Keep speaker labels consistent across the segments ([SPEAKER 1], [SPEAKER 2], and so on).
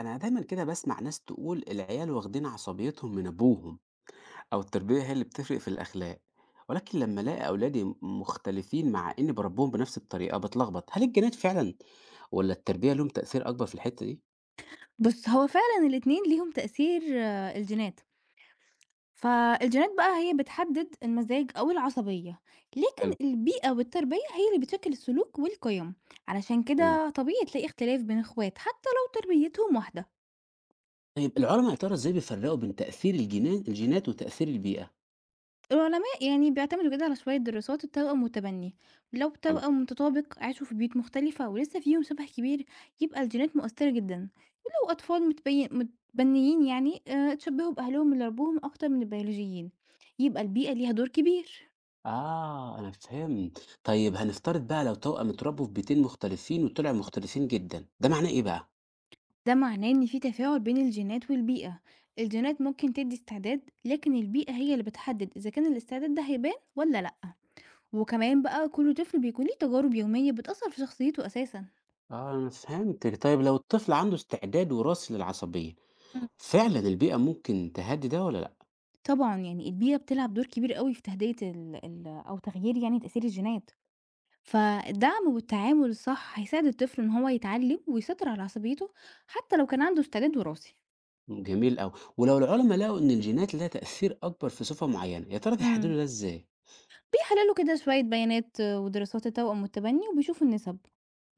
[SPEAKER 1] أنا دايما كده بسمع ناس تقول العيال واخدين عصبيتهم من أبوهم أو التربية هي اللي بتفرق في الأخلاق، ولكن لما ألاقي أولادي مختلفين مع إني بربهم بنفس الطريقة بتلخبط، هل الجينات فعلا ولا التربية لهم تأثير أكبر في الحتة دي؟
[SPEAKER 2] بُص، هو فعلًا الاتنين ليهم تأثير، الجينات، فالجينات بقى هي بتحدد المزاج أو العصبية،
[SPEAKER 1] حلو.
[SPEAKER 2] لكن البيئة والتربية هي اللي بتشكل السلوك والقيم، علشان
[SPEAKER 1] فهمت.
[SPEAKER 2] كده طبيعي تلاقي اختلاف بين اخوات حتى لو تربيتهم واحدة.
[SPEAKER 1] طيب العلماء يا ترى إزاي بيفرقوا بين تأثير الجينات وتأثير البيئة؟
[SPEAKER 2] العلماء يعني بيعتمدوا كده على شوية دراسات التوأم والتبني، لو
[SPEAKER 1] حلو.
[SPEAKER 2] توأم متطابق عاشوا في بيوت مختلفة ولسه فيهم شبه كبير يبقى الجينات مؤثرة جدا، ولو أطفال متبنيين، يعني اتشبهوا بأهلهم اللي ربوهم أكتر من البيولوجيين، يبقى البيئة ليها دور كبير.
[SPEAKER 1] آه، أنا فهمت. طيب هنفترض بقى، لو توأم اتربوا في بيتين مختلفين وطلعوا مختلفين جدا، ده معناه إيه بقى؟
[SPEAKER 2] ده معناه إن في تفاعل بين الجينات والبيئة، الجينات ممكن تدي استعداد لكن البيئة هي اللي بتحدد إذا كان الاستعداد ده هيبان ولا لأ، وكمان بقى كل طفل بيكون ليه تجارب يومية بتأثر في شخصيته أساسا.
[SPEAKER 1] آه، أنا فهمتِك. طيب لو الطفل عنده استعداد وراثي للعصبية، فعلًا البيئة ممكن تهدّي ده والّا لأ؟
[SPEAKER 2] طبعًا، يعني البيئة بتلعب دور كبير أوي في تهدئة ال أو تغيير يعني تأثير الجينات، فالدعم والتعامل الصح هيساعد الطفل إن هو يتعلم ويسيطر على عصبيته حتى لو كان عنده استعداد وراثي.
[SPEAKER 1] جميل أوي. ولو العلماء لقوا إن الجينات ليها تأثير أكبر في صفة معينة، يا ترى
[SPEAKER 2] إمم.
[SPEAKER 1] بيحددوا ده إزاي؟
[SPEAKER 2] بيحللوا كده شوية بيانات، ودراسات التوأم والتبني وبيشوفوا النسب،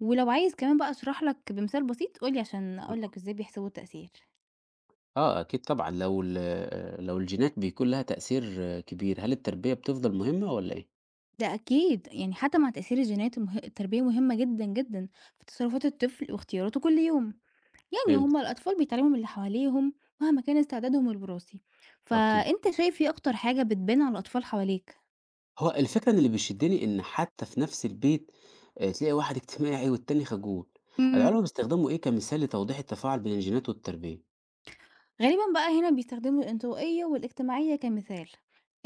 [SPEAKER 2] ولو عايز كمان بقى أشرح لك بمثال بسيط قُل لي عشان أقول لك إزاي بيحسبوا التأثير.
[SPEAKER 1] آه، أكيد طبعًا. لو ال آه، لو الجينات بيكون لها تأثير كبير، هل التربية بتفضل مهمة والّا إيه؟
[SPEAKER 2] ده أكيد، يعني حتى مع تأثير الجينات التربية مهمة جدًا، جدًا في تصرفات الطفل واختياراته كل يوم. يعني هم
[SPEAKER 1] فهمتِك.
[SPEAKER 2] الأطفال بيتعلموا من اللي حواليهم مهما كان استعدادهم الوراثي،
[SPEAKER 1] أكيد.
[SPEAKER 2] فأنت شايف إيه أكتر حاجة بتبان على الأطفال حواليك؟
[SPEAKER 1] هو الفكرة إن اللي بيشدّني إن حتى في نفس البيت تلاقي واحد اجتماعي والتاني خجول.
[SPEAKER 2] امم.
[SPEAKER 1] العلماء بيستخدموا إيه كمثال لتوضيح التفاعل بين الجينات والتربية؟
[SPEAKER 2] غالبا بقى هنا بيستخدموا الانطوائية والاجتماعية كمثال،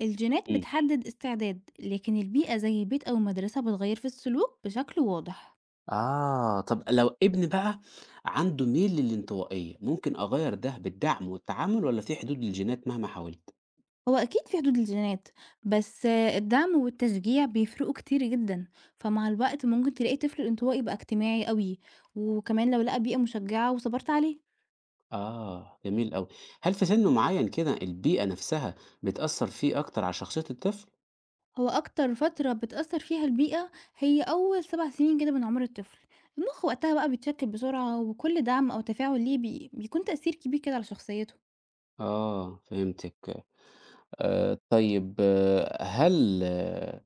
[SPEAKER 2] الجينات
[SPEAKER 1] إمم.
[SPEAKER 2] بتحدد استعداد لكن البيئة زي البيت أو المدرسة بتغير في السلوك بشكل واضح.
[SPEAKER 1] آه، طب لو ابني بقى عنده ميل للانطوائية، ممكن أغير ده بالدعم والتعامل ولا في حدود للجينات مهما حاولت؟
[SPEAKER 2] هو أكيد في حدود الجينات، بس الدعم والتشجيع بيفرقوا كتير جدا، فمع الوقت ممكن تلاقي طفل انطوائي بقى اجتماعي قوي، وكمان لو لقى بيئة مشجعة وصبرت عليه.
[SPEAKER 1] آه، جميل أوي. هل في سن معين كده البيئة نفسها بتأثر فيه أكتر على شخصية الطفل؟
[SPEAKER 2] هو أكتر فترة بتأثّر فيها البيئة هي أول 7 سنين كده من عمر الطفل، المُخ وقتها بقى بيتشكِّل بسرعة وكل دعم أو تفاعل ليه بيكون تأثير كبير كده على شخصيته.
[SPEAKER 1] آه، فهمتك. آه، طيب آه، هل آه،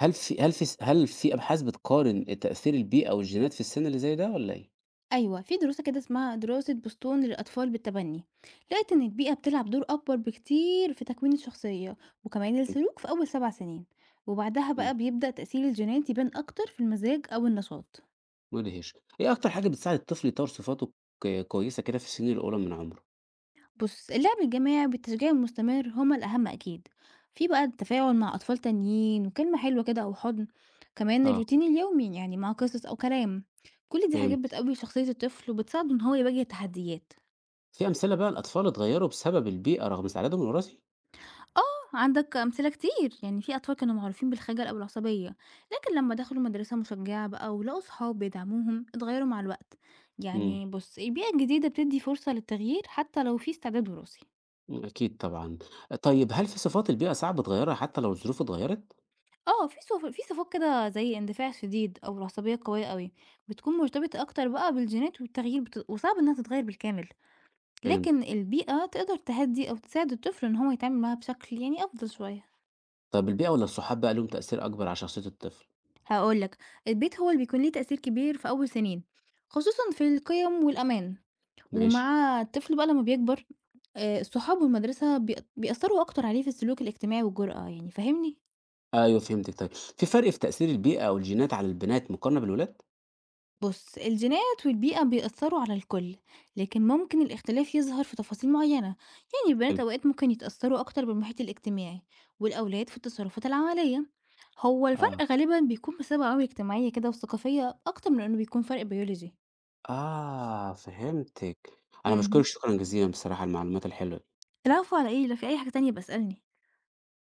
[SPEAKER 1] هل في هل في هل في أبحاث بتقارن تأثير البيئة والجينات في السن اللي زي ده ولا إيه؟
[SPEAKER 2] أيوه، في دراسة كده اسمها دراسة بوسطن للأطفال بالتبني، لقت إن البيئة بتلعب دور أكبر بكتير في تكوين الشخصية وكمان السلوك في أول 7 سنين، وبعدها
[SPEAKER 1] مم،
[SPEAKER 2] بقى بيبدأ تأثير الجينات يبان أكتر في المزاج أو النشاط.
[SPEAKER 1] مدهش. إيه أكتر حاجة بتساعد الطفل يطور صفاته كويسة كده في السنين الأولى من عمره؟
[SPEAKER 2] بُص، اللعب الجماعي والتشجيع المستمر هما الأهم أكيد، في بقى التفاعل مع أطفال تانيين وكلمة حلوة كده أو حضن، كمان
[SPEAKER 1] آه،
[SPEAKER 2] الروتين اليومي يعني مع قصص أو كلام، كل دي حاجات
[SPEAKER 1] فهمت.
[SPEAKER 2] بتقوي شخصية الطفل وبتساعده إن هو يواجه التحديات.
[SPEAKER 1] في أمثلة بقى لأطفال اتغيّروا بسبب البيئة رغم استعدادهم الوراثي؟
[SPEAKER 2] آه، عندك أمثلة كتير، يعني في أطفال كانوا معروفين بالخجل أو العصبية، لكن لما دخلوا مدرسة مشجعة بقى ولقوا صحاب بيدعموهم اتغيروا مع الوقت.
[SPEAKER 1] إمم،
[SPEAKER 2] يعني بُص، البيئة الجديدة بتدي فرصة للتغيير حتى لو في استعداد وراثي.
[SPEAKER 1] إمم، أكيد طبعًا. طيب هل في صفات البيئة صعب تغيّرها حتى لو الظروف اتغيّرت؟
[SPEAKER 2] آه، في صف في صفات كده زي اندفاع شديد أو العصبية القوية أوي، بتكون مرتبطة أكتر بقى بالجينات، والتغيير وصعب إنها تتغير بالكامل، لكن
[SPEAKER 1] فهمت.
[SPEAKER 2] البيئة تقدر تهدّي أو تساعد الطفل إن هو يتعامل معاها بشكل يعني أفضل شوية.
[SPEAKER 1] طب البيئة والّا الصحاب بقى ليهم تأثير أكبر على شخصية الطفل؟
[SPEAKER 2] هاقول لك، البيت هو اللي بيكون ليه تأثير كبير في أول سنين، خصوصًا في القيم والأمان،
[SPEAKER 1] ماشي.
[SPEAKER 2] ومع الطفل بقى لمّا بيكبر الصحاب والمدرسة بيأثّروا أكتر عليه في السلوك الاجتماعي والجرأة، يعني فاهمني؟
[SPEAKER 1] أيوه فهمتِك. طيب، في فرق في تأثير البيئة أو الجينات على البنات مقارنة بالولاد؟
[SPEAKER 2] بص، الجينات والبيئة بيأثروا على الكل، لكن ممكن الاختلاف يظهر في تفاصيل معينة، يعني البنات
[SPEAKER 1] حلو.
[SPEAKER 2] أوقات ممكن يتأثروا أكتر بالمحيط الاجتماعي، والأولاد في التصرفات العملية. هو الفرق
[SPEAKER 1] آه،
[SPEAKER 2] غالبا بيكون بسبب عوامل اجتماعية كده وثقافية أكتر من إنه بيكون فرق بيولوجي
[SPEAKER 1] آه فهمتِك. أنا باشكرِك
[SPEAKER 2] مهم.
[SPEAKER 1] شكرًا جزيلًا بصراحة على المعلومات الحلوة
[SPEAKER 2] العفو، على إيه؟ لو في أي حاجة تانية بسألني.